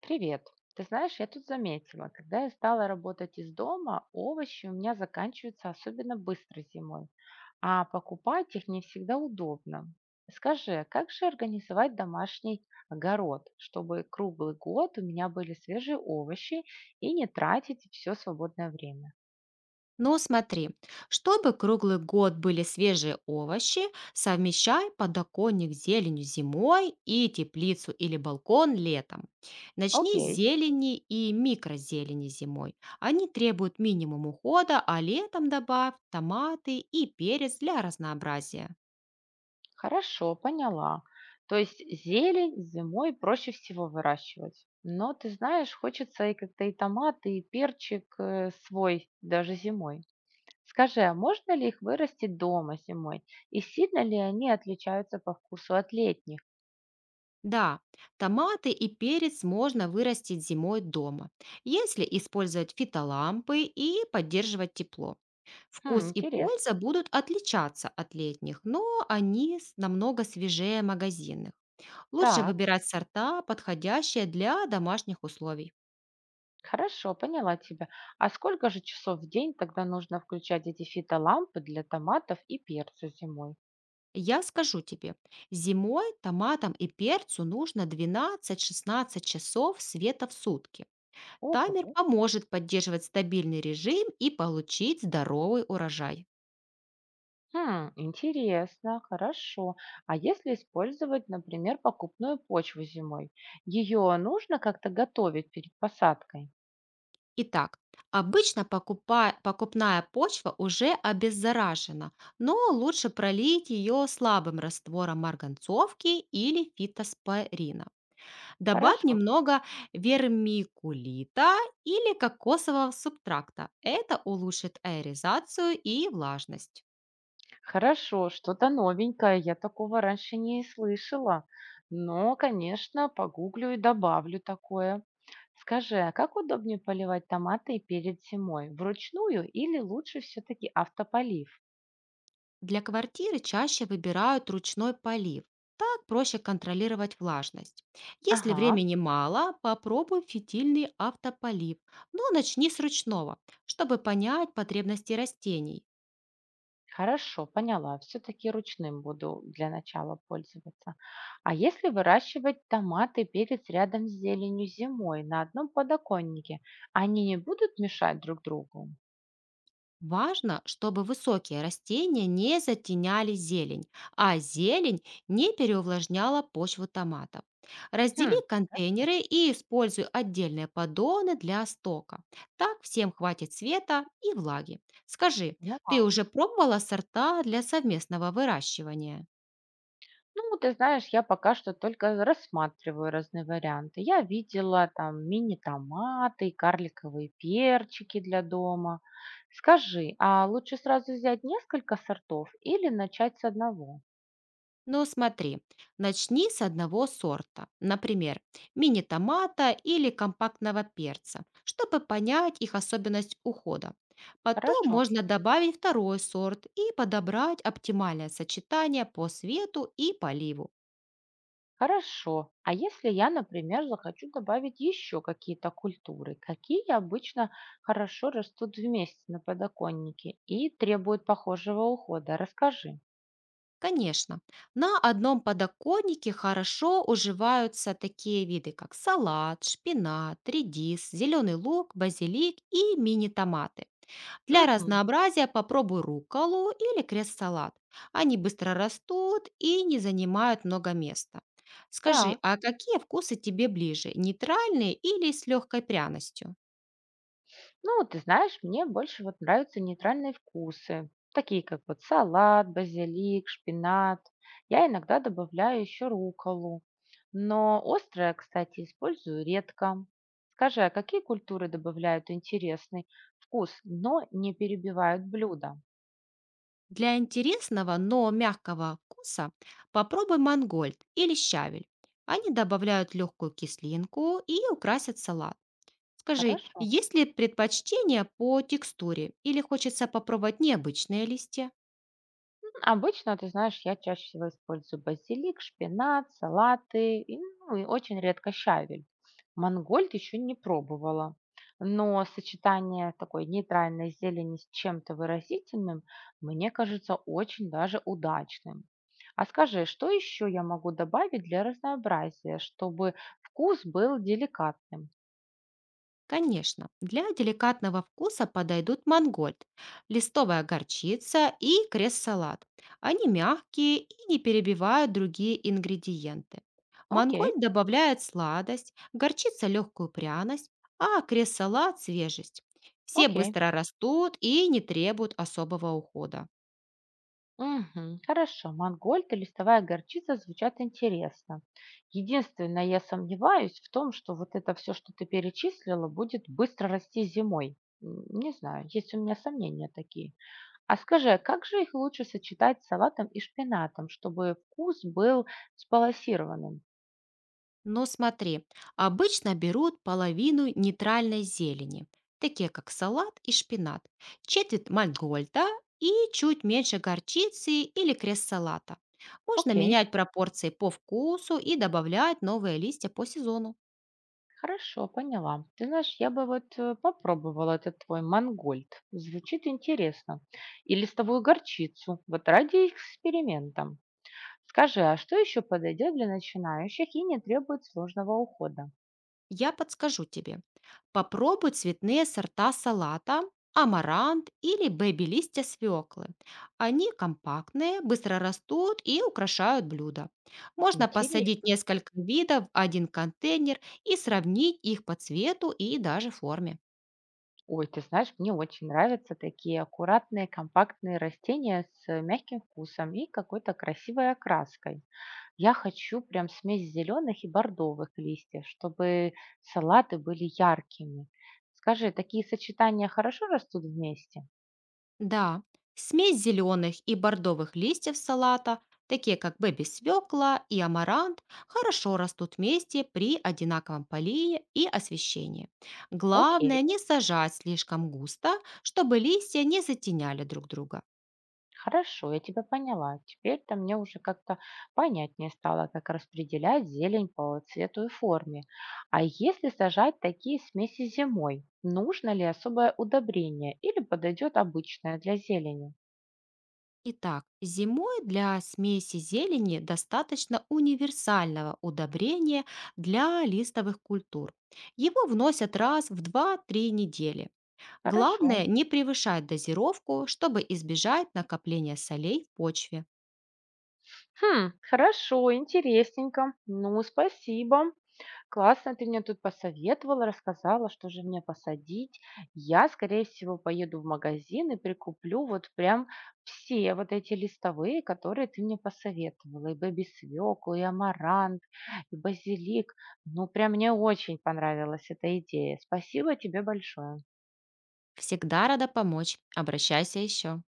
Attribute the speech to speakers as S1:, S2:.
S1: Привет. Ты знаешь, я тут заметила, когда я стала работать из дома, овощи у меня заканчиваются особенно быстро зимой, а покупать их не всегда удобно. Скажи, как же организовать домашний огород, чтобы круглый год у меня были свежие овощи и не тратить все свободное время?
S2: Ну, смотри, чтобы круглый год были свежие овощи, совмещай подоконник с зеленью зимой и теплицу или балкон летом. Начни с
S1: Окей.
S2: зелени и микрозелени зимой. Они требуют минимум ухода, а летом добавь томаты и перец для разнообразия.
S1: Хорошо, поняла. То есть зелень зимой проще всего выращивать. Но ты знаешь, хочется и как-то и томаты, и перчик, свой даже зимой. Скажи, а можно ли их вырастить дома зимой? И сильно ли они отличаются по вкусу от летних?
S2: Да, томаты и перец можно вырастить зимой дома, если использовать фитолампы и поддерживать тепло.
S1: Хм,
S2: Вкус и
S1: интересно.
S2: польза будут отличаться от летних, но они намного свежее магазинных. Лучше
S1: Так,
S2: выбирать сорта, подходящие для домашних условий.
S1: хорошо, поняла тебя. А сколько же часов в день тогда нужно включать эти фитолампы для томатов и перца зимой?
S2: Я скажу тебе, зимой томатам и перцу нужно двенадцать-шестнадцать часов света в сутки. Таймер
S1: Ого.
S2: поможет поддерживать стабильный режим и получить здоровый урожай.
S1: Хм, интересно, хорошо. А если использовать, например, покупную почву зимой, ее нужно как-то готовить перед посадкой?
S2: Итак, обычно покупная почва уже обеззаражена, но лучше пролить ее слабым раствором марганцовки или фитоспорина. Добавь
S1: Хорошо,
S2: немного вермикулита или кокосового субтракта. Это улучшит аэризацию и влажность.
S1: хорошо, что-то новенькое, я такого раньше не слышала. Но, конечно, погуглю и добавлю такое. Скажи, а как удобнее поливать томаты перед зимой? Вручную или лучше все-таки автополив?
S2: Для квартиры чаще выбирают ручной полив. Так проще контролировать влажность. Если
S1: Ага.
S2: времени мало, попробуй фитильный автополив, но начни с ручного, чтобы понять потребности растений.
S1: Хорошо, поняла. Все-таки ручным буду для начала пользоваться. А если выращивать томаты и перец рядом с зеленью зимой на одном подоконнике, они не будут мешать друг другу?
S2: Важно, чтобы высокие растения не затеняли зелень, а зелень не переувлажняла почву томатов. Раздели
S1: Хм, хорошо,
S2: контейнеры и используй отдельные поддоны для стока. Так всем хватит света и влаги. Скажи, ты
S1: поняла.
S2: уже пробовала сорта для совместного выращивания?
S1: Ну, ты знаешь, я пока что только рассматриваю разные варианты. Я видела там мини-томаты, карликовые перчики для дома. Скажи, а лучше сразу взять несколько сортов или начать с одного?
S2: Но смотри, начни с одного сорта, например, мини-томата или компактного перца, чтобы понять их особенность ухода. Потом
S1: Хорошо.
S2: можно добавить второй сорт и подобрать оптимальное сочетание по свету и поливу.
S1: Хорошо. А если я, например, захочу добавить еще какие-то культуры, какие обычно хорошо растут вместе на подоконнике и требуют похожего ухода? Расскажи.
S2: Конечно, на одном подоконнике хорошо уживаются такие виды, как салат, шпинат, редис, зеленый лук, базилик и мини-томаты. Для
S1: Угу.
S2: разнообразия попробуй рукколу или крест-салат. Они быстро растут и не занимают много места. Скажи,
S1: Так.
S2: а какие вкусы тебе ближе, нейтральные или с легкой пряностью?
S1: Ну, вот, ты знаешь, мне больше вот нравятся нейтральные вкусы, такие как вот салат, базилик, шпинат. Я иногда добавляю еще рукколу, но острое, кстати, использую редко. Скажи, а какие культуры добавляют интересный вкус, но не перебивают блюдо?
S2: Для интересного, но мягкого вкуса попробуй мангольд или щавель. Они добавляют легкую кислинку и украсят салат. Скажи,
S1: Хорошо?
S2: есть ли предпочтение по текстуре или хочется попробовать необычные листья?
S1: Обычно, ты знаешь, я чаще всего использую базилик, шпинат, салаты, и, ну, и очень редко щавель. Мангольд еще не пробовала, но сочетание такой нейтральной зелени с чем-то выразительным мне кажется очень даже удачным. А скажи, что еще я могу добавить для разнообразия, чтобы вкус был деликатным?
S2: Конечно, для деликатного вкуса подойдут мангольд, листовая горчица и крест-салат. Они мягкие и не перебивают другие ингредиенты.
S1: Окей,
S2: Мангольд добавляет сладость, горчица легкую пряность, а крест-салат — свежесть. Все
S1: окей.
S2: быстро растут и не требуют особого ухода.
S1: Мгм. Хорошо, мангольд и листовая горчица звучат интересно. Единственное, я сомневаюсь в том, что вот это все, что ты перечислила, будет быстро расти зимой. Не знаю, есть у меня сомнения такие. А скажи, а как же их лучше сочетать с салатом и шпинатом, чтобы вкус был сбалансированным?
S2: Но смотри, обычно берут половину нейтральной зелени, такие как салат и шпинат, четверть мангольда и чуть меньше горчицы или крест-салата. Можно
S1: Окей,
S2: менять пропорции по вкусу и добавлять новые листья по сезону.
S1: хорошо, поняла. Ты знаешь, я бы попробовала этот твой мангольд. Звучит интересно. И листовую горчицу, вот ради эксперимента. Скажи, а что еще подойдет для начинающих и не требует сложного ухода?
S2: Я подскажу тебе. Попробуй цветные сорта салата, амарант или бэби-листья свеклы. Они компактные, быстро растут и украшают блюдо. Можно
S1: Интересно.
S2: посадить несколько видов в один контейнер и сравнить их по цвету и даже форме.
S1: Ой, ты знаешь, мне очень нравятся такие аккуратные, компактные растения с мягким вкусом и какой-то красивой окраской. Я хочу прям смесь зеленых и бордовых листьев, чтобы салаты были яркими. Скажи, такие сочетания хорошо растут вместе?
S2: Да, смесь зеленых и бордовых листьев салата, такие как бэби-свекла и амарант, хорошо растут вместе при одинаковом полии и освещении.
S1: Окей.
S2: Главное не сажать слишком густо, чтобы листья не затеняли друг друга.
S1: Хорошо, я тебя поняла. Теперь-то мне уже как-то понятнее стало, как распределять зелень по цвету и форме. А если сажать такие смеси зимой, нужно ли особое удобрение или подойдет обычное для зелени?
S2: Итак, зимой для смеси зелени достаточно универсального удобрения для листовых культур. Его вносят раз в 2 три недели.
S1: Хорошо.
S2: Главное не превышать дозировку, чтобы избежать накопления солей в почве.
S1: Хм, хорошо, интересненько. Ну, спасибо. Классно, ты мне тут посоветовала, рассказала, что же мне посадить. Я, скорее всего, поеду в магазин и прикуплю вот прям все вот эти листовые, которые ты мне посоветовала. И бэби-свеклу, и амарант, и базилик. Ну, прям мне очень понравилась эта идея. Спасибо тебе большое.
S2: Всегда рада помочь. Обращайся еще.